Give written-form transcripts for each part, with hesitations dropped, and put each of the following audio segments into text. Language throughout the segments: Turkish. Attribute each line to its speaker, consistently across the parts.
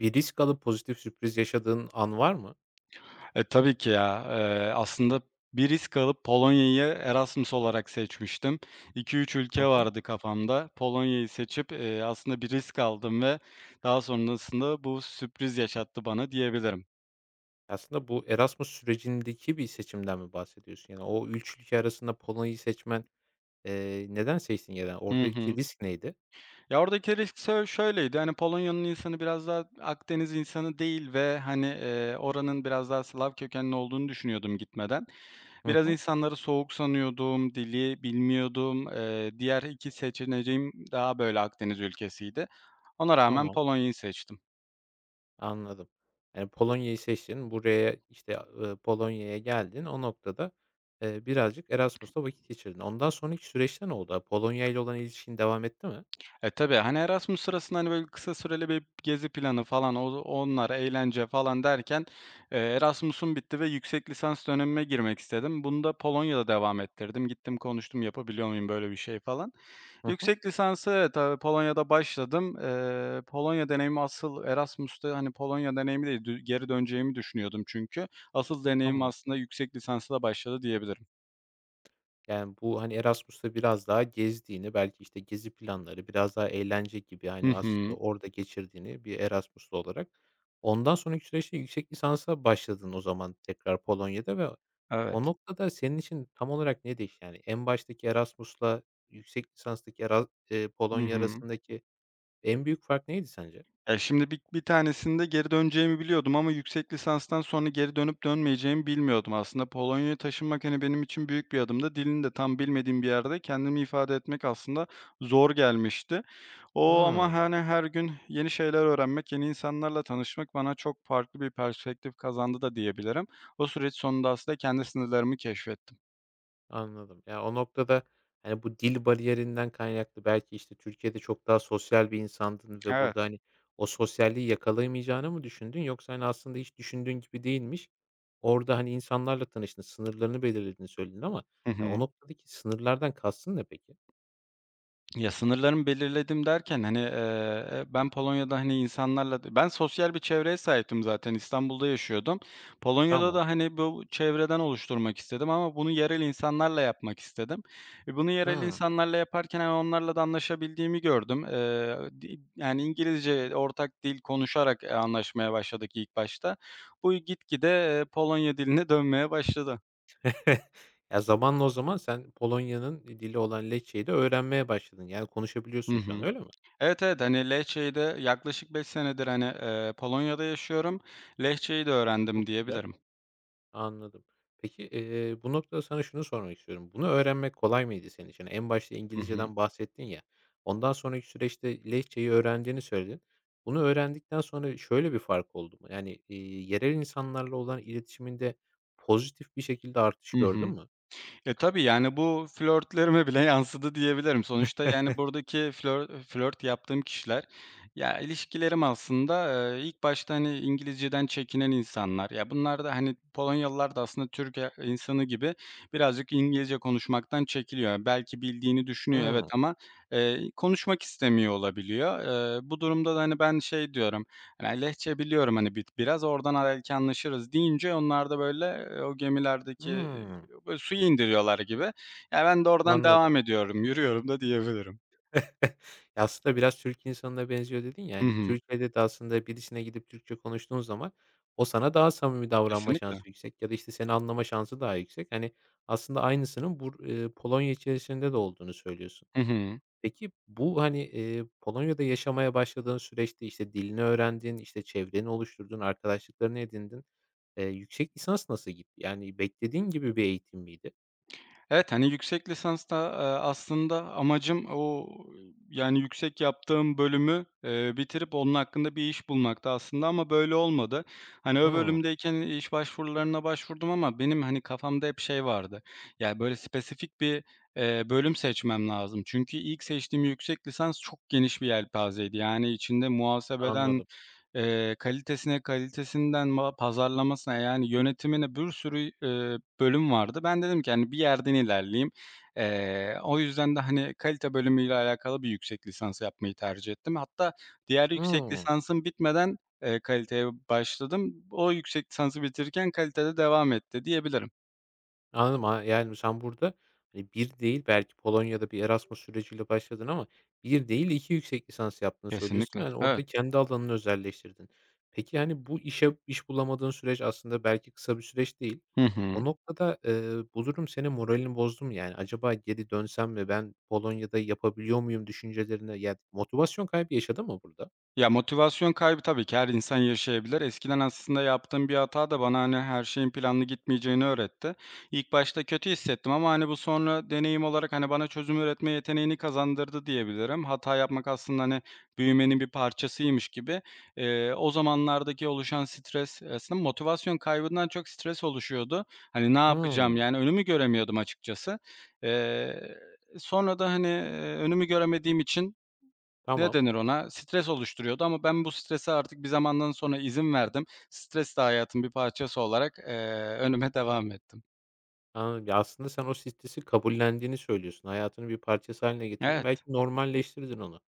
Speaker 1: Bir risk alıp pozitif sürpriz yaşadığın an var mı?
Speaker 2: Tabii ki ya. Aslında bir risk alıp Polonya'yı Erasmus olarak seçmiştim. 2-3 ülke
Speaker 1: Hı hı.
Speaker 2: vardı kafamda. Polonya'yı seçip, aslında bir risk aldım ve daha sonrasında bu sürpriz yaşattı bana diyebilirim.
Speaker 1: Aslında bu Erasmus sürecindeki bir seçimden mi bahsediyorsun? Yani o 3 ülke arasında Polonya'yı seçmen, neden seçtin yani?
Speaker 2: Hı
Speaker 1: Oradaki
Speaker 2: hı.
Speaker 1: risk neydi?
Speaker 2: Ya, oradaki risk şöyleydi, hani, Polonya'nın insanı biraz daha Akdeniz insanı değil ve, hani, oranın biraz daha Slav kökenli olduğunu düşünüyordum gitmeden.
Speaker 1: Hı
Speaker 2: Biraz
Speaker 1: hı.
Speaker 2: insanları soğuk sanıyordum, dili bilmiyordum. Diğer 2 seçeneğim daha böyle Akdeniz ülkesiydi. Ona rağmen
Speaker 1: Tamam,
Speaker 2: Polonya'yı seçtim.
Speaker 1: anladım. Yani Polonya'yı seçtin. Buraya, işte, Polonya'ya geldin. O noktada, birazcık Erasmus'ta vakit geçirdin. Ondan sonraki süreçte ne oldu? Polonya ile olan ilişkin devam etti mi?
Speaker 2: Tabii, hani, Erasmus sırasında, hani, böyle, kısa süreli bir gezi planı falan, onlar, eğlence falan derken, Erasmus'um bitti ve yüksek lisans dönemime girmek istedim. Bunu da Polonya'da devam ettirdim. Gittim konuştum, yapabiliyor muyum böyle bir şey falan.
Speaker 1: Hı hı.
Speaker 2: Yüksek lisansı evet, Polonya'da başladım. Polonya deneyimi asıl Erasmus'ta, hani, Polonya deneyimi değil, geri döneceğimi düşünüyordum çünkü. Asıl deneyim
Speaker 1: Tamam.
Speaker 2: aslında yüksek lisansta başladı diyebilirim.
Speaker 1: Yani, bu, hani, Erasmus'ta biraz daha gezdiğini, belki, işte, gezi planları, biraz daha eğlence gibi,
Speaker 2: Hı
Speaker 1: hani, aslında
Speaker 2: hı.
Speaker 1: orada geçirdiğini bir Erasmus'lu olarak. Ondan sonraki süreçte yüksek lisansa başladın o zaman tekrar Polonya'da ve o
Speaker 2: Evet.
Speaker 1: noktada senin için tam olarak ne değişti? Yani, en baştaki Erasmus'la yüksek lisanstaki Eras
Speaker 2: Hı
Speaker 1: Polonya
Speaker 2: hı.
Speaker 1: arasındaki en büyük fark neydi sence?
Speaker 2: Ya, şimdi bir tanesinde geri döneceğimi biliyordum ama yüksek lisanstan sonra geri dönüp dönmeyeceğimi bilmiyordum. Aslında Polonya'ya taşınmak, hani, benim için büyük bir adımdı. Dilini de tam bilmediğim bir yerde kendimi ifade etmek aslında zor gelmişti. O
Speaker 1: Hıı.
Speaker 2: ama, hani, her gün yeni şeyler öğrenmek, yeni insanlarla tanışmak bana çok farklı bir perspektif kazandı da diyebilirim. O süreç sonunda aslında kendi sınırlarımı keşfettim.
Speaker 1: Anladım. Ya, o noktada, hani, bu dil bariyerinden kaynaklı belki, işte, Türkiye'de çok daha sosyal bir insandın ve
Speaker 2: Evet.
Speaker 1: burada, hani, o sosyalliği yakalayamayacağını mı düşündün yoksa, hani, aslında hiç düşündüğün gibi değilmiş. Orada, hani, insanlarla tanıştın, sınırlarını belirlediğini söyledin ama
Speaker 2: Hı
Speaker 1: ya,
Speaker 2: hı.
Speaker 1: o noktadaki sınırlardan kastın ne peki?
Speaker 2: Ya, sınırlarımı belirledim derken, hani, ben Polonya'da, hani, insanlarla ben sosyal bir çevreye sahiptim zaten, İstanbul'da yaşıyordum. Polonya'da
Speaker 1: Tamam.
Speaker 2: da, hani, bu çevreden oluşturmak istedim ama bunu yerel insanlarla yapmak istedim. Bunu yerel
Speaker 1: Hımm.
Speaker 2: insanlarla yaparken, hani, onlarla da anlaşabildiğimi gördüm. Di yani, İngilizce ortak dil konuşarak, anlaşmaya başladık ilk başta. Bu gitgide, Polonya diline dönmeye başladı.
Speaker 1: Ya, zamanla o zaman sen Polonya'nın dili olan Lehçe'yi de öğrenmeye başladın. Yani,
Speaker 2: Hı
Speaker 1: konuşabiliyorsun şu an,
Speaker 2: hı.
Speaker 1: öyle mi?
Speaker 2: Evet, evet. Hani, Lehçe'yi de yaklaşık 5 senedir, hani, Polonya'da yaşıyorum. Lehçe'yi de
Speaker 1: Çok
Speaker 2: öğrendim
Speaker 1: güzel.
Speaker 2: diyebilirim.
Speaker 1: Anladım. Peki, bu noktada sana şunu sormak istiyorum. Bunu öğrenmek kolay mıydı senin için? En başta
Speaker 2: Hı hı.
Speaker 1: İngilizceden bahsettin ya, ondan sonraki süreçte Lehçeyi öğrendiğini söyledin. Bunu öğrendikten sonra şöyle bir fark oldu mu? Yani, yerel insanlarla olan iletişiminde pozitif bir şekilde artış
Speaker 2: Hı
Speaker 1: gördün
Speaker 2: hı.
Speaker 1: mü?
Speaker 2: Tabii, yani, bu flörtlerime bile yansıdı diyebilirim. Sonuçta, yani, buradaki flört yaptığım kişiler, ya, ilişkilerim aslında, ilk başta, hani, İngilizceden çekinen insanlar. Ya, bunlar da, hani, Polonyalılar da aslında Türk insanı gibi birazcık İngilizce konuşmaktan çekiliyor. Belki bildiğini düşünüyor, evet
Speaker 1: Hıı.
Speaker 2: ama, konuşmak istemiyor olabiliyor. Bu durumda da, hani, ben şey diyorum, hani, "Lehçe biliyorum, hani, biraz, oradan belki anlaşırız." deyince onlar da böyle, o gemilerdeki
Speaker 1: Hıı.
Speaker 2: böyle suya indiriyorlar gibi. Ya, ben de oradan
Speaker 1: Anladım.
Speaker 2: devam ediyorum, yürüyorum da diyebilirim.
Speaker 1: Ya, aslında biraz Türk insanına benziyor dedin ya,
Speaker 2: Hı
Speaker 1: hani,
Speaker 2: hı.
Speaker 1: Türkiye'de de aslında birisine gidip Türkçe konuştuğun zaman o sana daha samimi davranma
Speaker 2: Kesinlikle.
Speaker 1: şansı yüksek ya da, işte, seni anlama şansı daha yüksek. Hani, aslında aynısının bur Polonya içerisinde de olduğunu söylüyorsun.
Speaker 2: Hı hı.
Speaker 1: Peki bu, hani, Polonya'da yaşamaya başladığın süreçte, işte, dilini öğrendin, işte, çevreni oluşturdun, arkadaşlıklarını edindin. Yüksek lisans nasıl gitti? Yani beklediğin gibi bir eğitim miydi?
Speaker 2: Evet, hani, yüksek lisansta, aslında amacım o, yani, yüksek yaptığım bölümü, bitirip onun hakkında bir iş bulmaktı aslında ama böyle olmadı. Hani, o
Speaker 1: Hımm,
Speaker 2: bölümdeyken iş başvurularına başvurdum ama benim, hani, kafamda hep şey vardı. Yani böyle spesifik bir, bölüm seçmem lazım. Çünkü ilk seçtiğim yüksek lisans çok geniş bir yelpazeydi. Yani, içinde muhasebeden,
Speaker 1: anladım.
Speaker 2: Kalitesine, kalitesinden pazarlamasına, yani, yönetimine bir sürü, bölüm vardı. Ben dedim ki, hani, bir yerden ilerleyeyim. O yüzden de, hani, kalite bölümüyle alakalı bir yüksek lisans yapmayı tercih ettim. Hatta diğer yüksek
Speaker 1: Hıı.
Speaker 2: lisansım bitmeden, kaliteye başladım. O yüksek lisansı bitirirken kalitede devam etti diyebilirim.
Speaker 1: Anladım. A yani, sen burada, hani, bir değil belki Polonya'da bir Erasmus süreciyle başladın ama bir değil 2 yüksek lisans yaptığını söylüyorsun.
Speaker 2: Kesinlikle.
Speaker 1: Yani,
Speaker 2: Evet.
Speaker 1: orada kendi alanını özelleştirdin. Peki, yani, bu işe iş bulamadığın süreç aslında belki kısa bir süreç değil.
Speaker 2: Hı
Speaker 1: O
Speaker 2: hı.
Speaker 1: noktada, bu durum senin moralini bozdu mu? Yani, acaba geri dönsem mi, ben Polonya'da yapabiliyor muyum düşüncelerine yani motivasyon kaybı yaşadın mı burada?
Speaker 2: Ya, motivasyon kaybı tabii ki her insan yaşayabilir. Eskiden aslında yaptığım bir hata da bana, hani, her şeyin planlı gitmeyeceğini öğretti. İlk başta kötü hissettim ama, hani, bu sonra deneyim olarak, hani, bana çözüm üretme yeteneğini kazandırdı diyebilirim. Hata yapmak aslında, hani, büyümenin bir parçasıymış gibi. O zamanlardaki oluşan stres aslında motivasyon kaybından çok stres oluşuyordu. Hani, ne yapacağım,
Speaker 1: Hımm,
Speaker 2: yani, önümü göremiyordum açıkçası. Eee, sonra da, hani, önümü göremediğim için ne
Speaker 1: tamam.
Speaker 2: denir ona? Stres oluşturuyordu ama ben bu strese artık bir zamandan sonra izin verdim. Stres de hayatın bir parçası olarak, önüme devam ettim.
Speaker 1: Anladım. Ya, aslında sen o stresi kabullendiğini söylüyorsun. Hayatının bir parçası hâline getirdin. Belki
Speaker 2: Evet.
Speaker 1: normalleştirdin onu.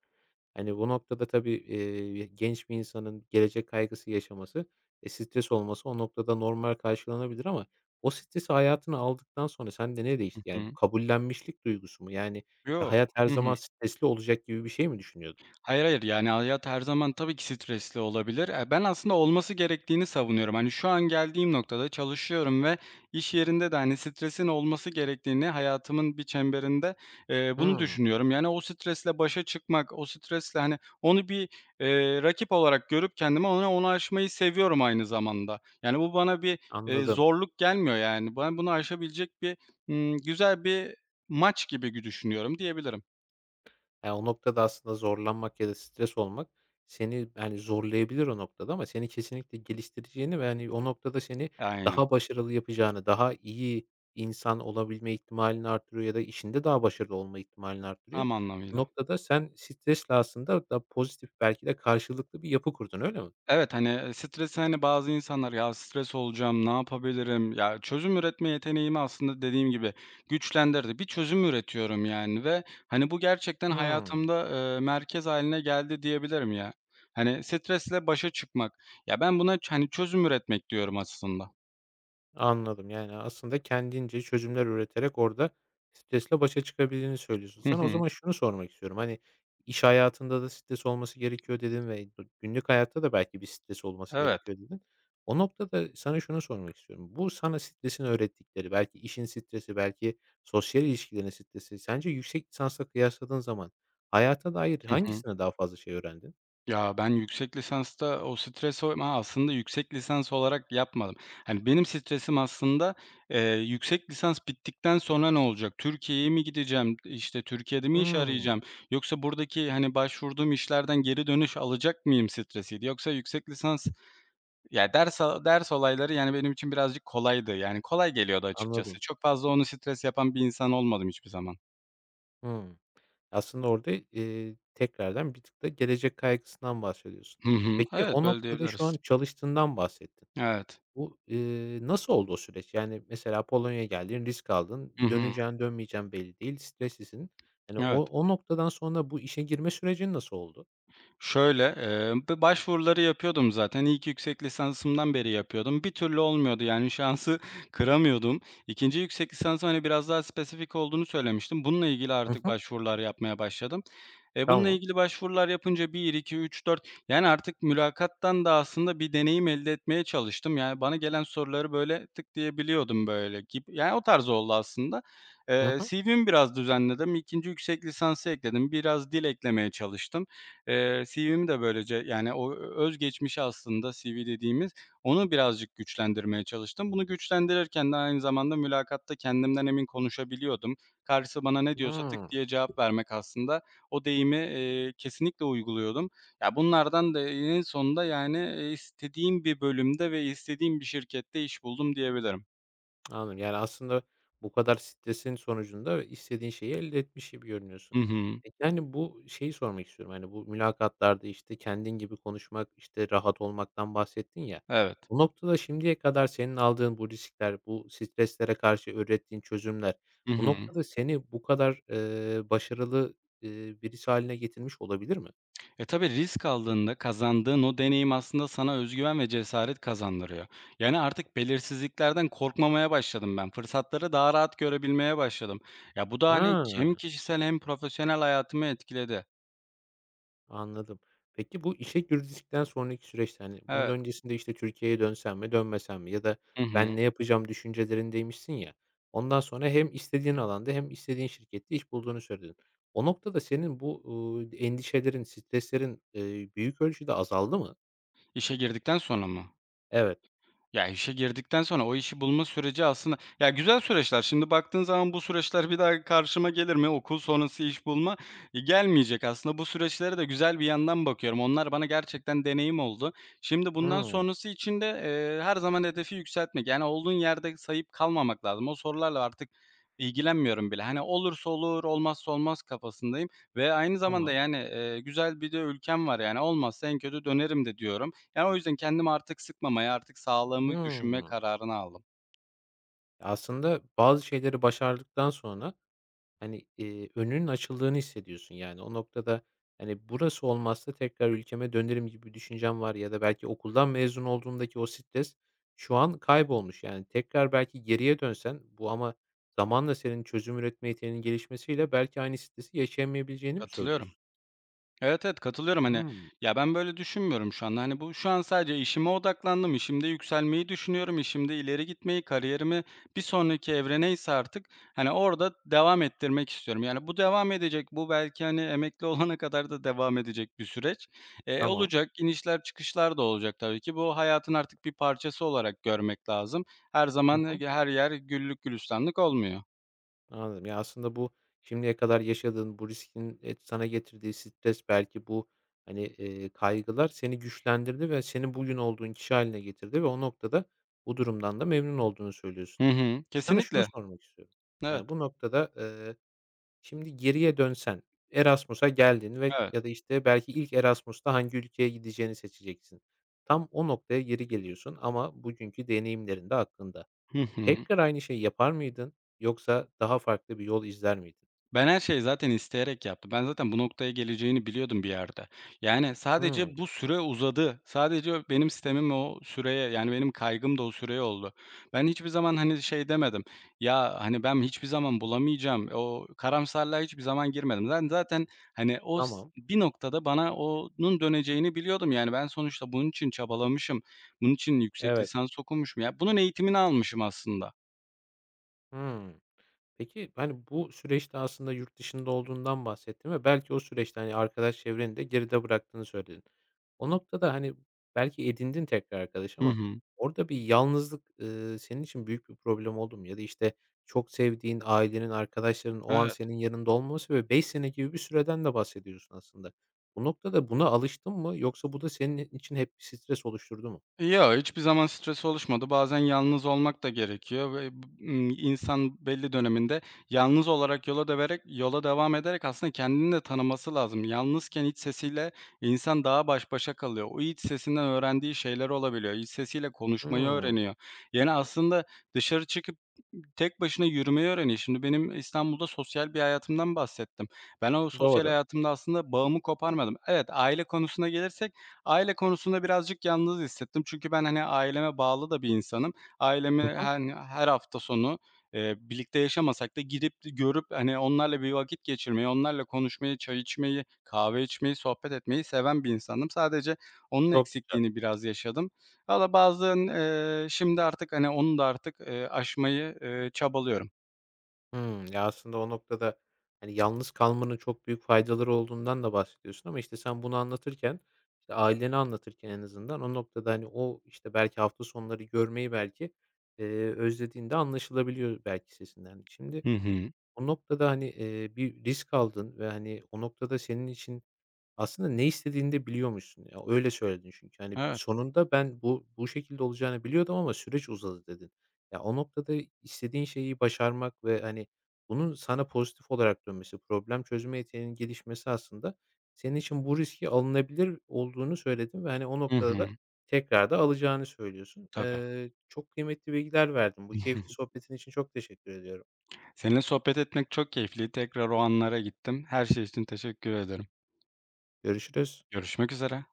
Speaker 1: Hani, bu noktada tabii, genç bir insanın gelecek kaygısı yaşaması, stres olması o noktada normal karşılanabilir ama o stresi hayatına aldıktan sonra sende ne
Speaker 2: Hı
Speaker 1: değişti? Yani, bu
Speaker 2: hı.
Speaker 1: kabullenmişlik duygusu mu? Yani,
Speaker 2: Yok.
Speaker 1: hayat her
Speaker 2: Hı
Speaker 1: zaman
Speaker 2: hı.
Speaker 1: stresli olacak gibi bir şey mi düşünüyordun?
Speaker 2: Hayır, hayır. Yani, hayat her zaman tabii ki stresli olabilir. Ben aslında olması gerektiğini savunuyorum. Hani, şu an geldiğim noktada çalışıyorum ve iş yerinde de, hani, stresin olması gerektiğini hayatımın bir çemberinde, bunu
Speaker 1: Hımm,
Speaker 2: düşünüyorum. Yani, o stresle başa çıkmak, o stresle, hani, onu bir, rakip olarak görüp kendime onu aşmayı seviyorum aynı zamanda. Yani, bu bana bir,
Speaker 1: anladım.
Speaker 2: zorluk gelmiyor, yani. Ben bunu aşabilecek bir, güzel bir maç gibi düşünüyorum diyebilirim.
Speaker 1: Ya, o noktada aslında zorlanmak ya da stres olmak seni, yani zorlayabilir o noktada ama seni kesinlikle geliştireceğini ve, hani, o noktada seni
Speaker 2: Aynen,
Speaker 1: daha başarılı yapacağını, daha iyi insan olabilme ihtimalini artırıyor ya da işinde daha başarılı olma ihtimalini artırıyor.
Speaker 2: tam
Speaker 1: Bu
Speaker 2: anlamıyla.
Speaker 1: noktada sen stresle aslında da pozitif belki de karşılıklı bir yapı kurdun, öyle mi?
Speaker 2: Evet, hani, stresi, hani, bazı insanlar "Ya, stres olacağım, ne yapabilirim?" Ya, çözüm üretme yeteneğimi aslında dediğim gibi güçlendirdi. Bir çözüm üretiyorum yani ve, hani, bu gerçekten
Speaker 1: Hıı.
Speaker 2: hayatımda, merkez haline geldi diyebilirim ya. Hani, stresle başa çıkmak. Ya, ben buna hani, çözüm üretmek diyorum aslında.
Speaker 1: Anladım. Yani, aslında kendince çözümler üreterek orada stresle başa çıkabildiğini söylüyorsun.
Speaker 2: Hı
Speaker 1: Sana o
Speaker 2: hı.
Speaker 1: zaman şunu sormak istiyorum. Hani, iş hayatında da stres olması gerekiyor." dedin ve günlük hayatta da belki bir stres olması
Speaker 2: Evet.
Speaker 1: gerekiyor dedin. O noktada sana şunu sormak istiyorum. Bu sana stresin öğrettikleri, belki işin stresi, belki sosyal ilişkilerin stresi, sence yüksek lisansla kıyasladığın zaman hayata dair
Speaker 2: Hı hı.
Speaker 1: hangisine daha fazla şey öğrendin?
Speaker 2: Ya, ben yüksek lisansta o stresi o ma aslında yüksek lisans olarak yapmadım. Hani, benim stresim aslında, yüksek lisans bittikten sonra ne olacak? Türkiye'ye mi gideceğim? İşte, Türkiye'de mi iş
Speaker 1: Hımm,
Speaker 2: arayacağım? Yoksa buradaki, hani, başvurduğum işlerden geri dönüş alacak mıyım stresiydi. Yoksa yüksek lisans ya, ders olayları, yani, benim için birazcık kolaydı. Yani, kolay geliyordu açıkçası.
Speaker 1: anladım.
Speaker 2: Çok fazla onu stres yapan bir insan olmadım hiçbir zaman.
Speaker 1: Hımm. Aslında orada, tekrardan bir tık da gelecek kaygısından bahsediyorsun.
Speaker 2: Hı hı.
Speaker 1: Peki
Speaker 2: Evet,
Speaker 1: o
Speaker 2: böyle
Speaker 1: noktada şu
Speaker 2: diyebiliriz.
Speaker 1: an çalıştığından bahsettin.
Speaker 2: Evet.
Speaker 1: Bu, nasıl oldu o süreç? Yani mesela Polonya'ya geldin, risk aldın,
Speaker 2: Hı hı.
Speaker 1: döneceğin, dönmeyeceğin belli değil, streslisin. Hani o
Speaker 2: Evet.
Speaker 1: o noktadan sonra bu işe girme sürecin nasıl oldu?
Speaker 2: Şöyle, b başvuruları yapıyordum zaten. İlk yüksek lisansımdan beri yapıyordum. Bir türlü olmuyordu, yani, şansı kıramıyordum. 2'nci yüksek lisansım, hani, biraz daha spesifik olduğunu söylemiştim. Bununla ilgili
Speaker 1: Hı
Speaker 2: artık
Speaker 1: hı.
Speaker 2: başvurular yapmaya başladım. Bununla
Speaker 1: Tamam.
Speaker 2: ilgili başvurular yapınca bir 2 3 4 yani, artık mülakattan da aslında bir deneyim elde etmeye çalıştım. Yani, bana gelen soruları, böyle, tık diyebiliyordum böyle, yani, o tarz oldu aslında.
Speaker 1: Hı hı.
Speaker 2: CV'mi biraz düzenledim. 2'nci yüksek lisansı ekledim. Biraz dil eklemeye çalıştım. CV'mi de böylece yani o öz geçmişi aslında CV dediğimiz, onu birazcık güçlendirmeye çalıştım. Bunu güçlendirirken de aynı zamanda mülakatta kendimden emin konuşabiliyordum. Karşısı bana ne diyorsa tık
Speaker 1: Hıı.
Speaker 2: diye cevap vermek aslında o deyimi, kesinlikle uyguluyordum. Ya, bunlardan da en sonunda yani, istediğim bir bölümde ve istediğim bir şirkette iş buldum diyebilirim.
Speaker 1: Anladım. Yani, aslında bu kadar stresin sonucunda istediğin şeyi elde etmiş gibi
Speaker 2: Hı
Speaker 1: görünüyorsun.
Speaker 2: hı.
Speaker 1: Peki, hani, bu şeyi sormak istiyorum, hani, bu mülakatlarda, işte, kendin gibi konuşmak, işte, rahat olmaktan bahsettin ya.
Speaker 2: Evet.
Speaker 1: Bu noktada şimdiye kadar senin aldığın bu riskler, bu streslere karşı ürettiğin çözümler,
Speaker 2: Hı
Speaker 1: bu
Speaker 2: hı.
Speaker 1: noktada seni bu kadar, başarılı, birisi haline getirmiş olabilir mi?
Speaker 2: Tabii risk aldığında kazandığın o deneyim aslında sana özgüven ve cesaret kazandırıyor. Yani artık belirsizliklerden korkmamaya başladım ben. Fırsatları daha rahat görebilmeye başladım. Ya, bu da hani
Speaker 1: Ha.
Speaker 2: hem kişisel hem profesyonel hayatımı etkiledi.
Speaker 1: Anladım. Peki bu işe girdikten sonraki süreçte, hani, bunun
Speaker 2: Evet.
Speaker 1: öncesinde, işte, Türkiye'ye dönsem mi dönmesem mi ya da
Speaker 2: Hı
Speaker 1: ben
Speaker 2: hı.
Speaker 1: ne yapacağım düşüncelerindeymişsin ya, ondan sonra hem istediğin alanda hem istediğin şirkette iş bulduğunu söyledin. O noktada senin bu, endişelerin, streslerin, büyük ölçüde azaldı mı?
Speaker 2: İşe girdikten sonra mı?
Speaker 1: Evet.
Speaker 2: Ya, işe girdikten sonra o işi bulma süreci aslında ya, güzel süreçler. Şimdi baktığın zaman bu süreçler bir daha karşıma gelir mi? Okul sonrası iş bulma, gelmeyecek. Aslında bu süreçlere de güzel bir yandan bakıyorum. Onlar bana gerçekten deneyim oldu. Şimdi bundan
Speaker 1: Hımm,
Speaker 2: sonrası için de, her zaman hedefi yükseltmek, yani, olduğun yerde sayıp kalmamak lazım. O sorularla artık ilgilenmiyorum bile. Hani, olursa olur, olmazsa olmaz kafasındayım ve aynı zamanda,
Speaker 1: tamam.
Speaker 2: yani, güzel bir de ülkem var, yani, olmazsa en kötü dönerim de diyorum. Yani, o yüzden kendimi artık sıkmamaya, artık sağlığımı düşünme
Speaker 1: Hımm.
Speaker 2: kararını aldım.
Speaker 1: Aslında bazı şeyleri başardıktan sonra hani, önünün açıldığını hissediyorsun, yani. O noktada, hani, burası olmazsa tekrar ülkeme dönerim gibi bir düşüncen var ya da belki okuldan mezun olduğumdaki o stres şu an kaybolmuş. Yani, tekrar belki geriye dönsen bu ama zamanla senin çözüm üretme yeteneğinin gelişmesiyle belki aynı stresi yaşayamayabilieceğini mi
Speaker 2: Katılıyorum.
Speaker 1: söylüyorsun?
Speaker 2: Evet, evet, katılıyorum. Hani,
Speaker 1: Hımm.
Speaker 2: ya, ben böyle düşünmüyorum şu anda. Hani, bu şu an sadece işime odaklandım. İşimde yükselmeyi düşünüyorum. İşimde ileri gitmeyi, kariyerimi bir sonraki evre neyse artık, hani, orada devam ettirmek istiyorum. Yani, bu devam edecek. Bu belki, hani, emekli olana kadar da devam edecek bir süreç. Eee,
Speaker 1: Tamam.
Speaker 2: olacak, inişler çıkışlar da olacak tabii ki. Bu hayatın artık bir parçası olarak görmek lazım. Her
Speaker 1: Hı
Speaker 2: zaman,
Speaker 1: hı.
Speaker 2: her yer güllük gülistanlık olmuyor.
Speaker 1: Anladım. Ya, aslında bu şimdiye kadar yaşadığın bu riskin, sana getirdiği stres belki bu, hani, kaygılar seni güçlendirdi ve seni bugün olduğun kişi haline getirdi ve o noktada bu durumdan da memnun olduğunu
Speaker 2: Hı
Speaker 1: söylüyorsun.
Speaker 2: hı.
Speaker 1: Sana şunu
Speaker 2: Kesinlikle.
Speaker 1: sormak istiyorum.
Speaker 2: Evet,
Speaker 1: Yani, bu noktada, şimdi geriye dönsen Erasmus'a geldin ve
Speaker 2: evet.
Speaker 1: ya da, işte, belki ilk Erasmus'ta hangi ülkeye gideceğini seçeceksin. Tam o noktaya geri geliyorsun ama bugünkü deneyimlerin de aklında.
Speaker 2: Hı hı.
Speaker 1: Tekrar aynı şeyi yapar mıydın yoksa daha farklı bir yol izler miydin?
Speaker 2: Ben her şeyi zaten isteyerek yaptım. Ben zaten bu noktaya geleceğini biliyordum bir yerde. Yani
Speaker 1: Hımm,
Speaker 2: sadece bu süre uzadı. Sadece benim sistemim o süreye, yani benim kaygım da o süreye oldu. Ben hiçbir zaman, hani, şey demedim, "Ya, hani, ben hiçbir zaman bulamayacağım." O karamsarlığa hiçbir zaman girmedim. Ben zaten, hani, o
Speaker 1: tamam.
Speaker 2: bir noktada bana onun döneceğini biliyordum. Yani ben sonuçta bunun için çabalamışım. Bunun için yüksek
Speaker 1: Evet.
Speaker 2: lisans okumuşum. Ya, bunun eğitimini almışım aslında.
Speaker 1: Hımm. Peki, hani, bu süreçte aslında yurt dışında olduğundan bahsettin ve belki o süreçte, hani, arkadaş çevreni de geride bıraktığını söyledin. O noktada, hani, belki edindin tekrar arkadaş
Speaker 2: Hı
Speaker 1: ama
Speaker 2: hı.
Speaker 1: orada bir yalnızlık, senin için büyük bir problem oldu mu? Ya da, işte, çok sevdiğin ailenin, arkadaşlarının o an
Speaker 2: Evet.
Speaker 1: senin yanında olmaması ve 5 sene gibi bir süreden de bahsediyorsun aslında. Bu noktada buna alıştın mı yoksa bu da senin için hep bir stres oluşturdu mu?
Speaker 2: Ya, hiçbir zaman stres oluşmadı. Bazen yalnız olmak da gerekiyor ve b insan belli döneminde yalnız olarak yola devam ederek aslında kendini de tanıması lazım. Yalnızken iç sesiyle insan daha baş başa kalıyor. O iç sesinden öğrendiği şeyler olabiliyor. İç sesiyle konuşmayı
Speaker 1: Hımm,
Speaker 2: öğreniyor. Yani aslında dışarı çıkıp tek başına yürümeyi öğreniyor. Şimdi benim İstanbul'da sosyal bir hayatımdan bahsettim. Ben o sosyal
Speaker 1: doğru.
Speaker 2: hayatımda aslında bağımı koparmadım. Evet, aile konusuna gelirsek aile konusunda birazcık yalnız hissettim. Çünkü ben, hani, aileme bağlı da bir insanım. Ailemi,
Speaker 1: Hı hı.
Speaker 2: hani, her hafta sonu, birlikte yaşamasak da gidip görüp, hani, onlarla bir vakit geçirmeyi, onlarla konuşmayı, çay içmeyi, kahve içmeyi, sohbet etmeyi seven bir insandım. Sadece onun
Speaker 1: Çok güzel.
Speaker 2: eksikliğini biraz yaşadım. Valla bazen, şimdi artık, hani, onu da artık, aşmayı, çabalıyorum.
Speaker 1: Hımm. Ya, aslında o noktada, hani, yalnız kalmanın çok büyük faydaları olduğundan da bahsediyorsun ama, işte, sen bunu anlatırken, işte, ailene anlatırken en azından o noktada, hani, o, işte, belki hafta sonları görmeyi belki, özlediğin de anlaşılabiliyor belki sesinden. Şimdi
Speaker 2: Hı hı.
Speaker 1: o noktada, hani, bir risk aldın ve, hani, o noktada senin için aslında ne istediğini de biliyormuşsun ya. Öyle söyledin çünkü. Hani,
Speaker 2: Evet.
Speaker 1: sonunda ben bu şekilde olacağını biliyordum ama süreç uzadı dedin. Ya, o noktada istediğin şeyi başarmak ve, hani, bunun sana pozitif olarak dönmesi, problem çözme yeteneğinin gelişmesi aslında senin için bu riski alınabilir olduğunu söyledin ve, hani, o
Speaker 2: Hı
Speaker 1: noktada
Speaker 2: hı.
Speaker 1: da tekrar da alacağını söylüyorsun.
Speaker 2: Tabii.
Speaker 1: Çok kıymetli bilgiler verdin. Bu keyifli sohbetin için çok teşekkür ediyorum.
Speaker 2: Seninle sohbet etmek çok keyifli. Tekrar o anlara gittim. Her şey için teşekkür ederim.
Speaker 1: Görüşürüz.
Speaker 2: Görüşmek üzere.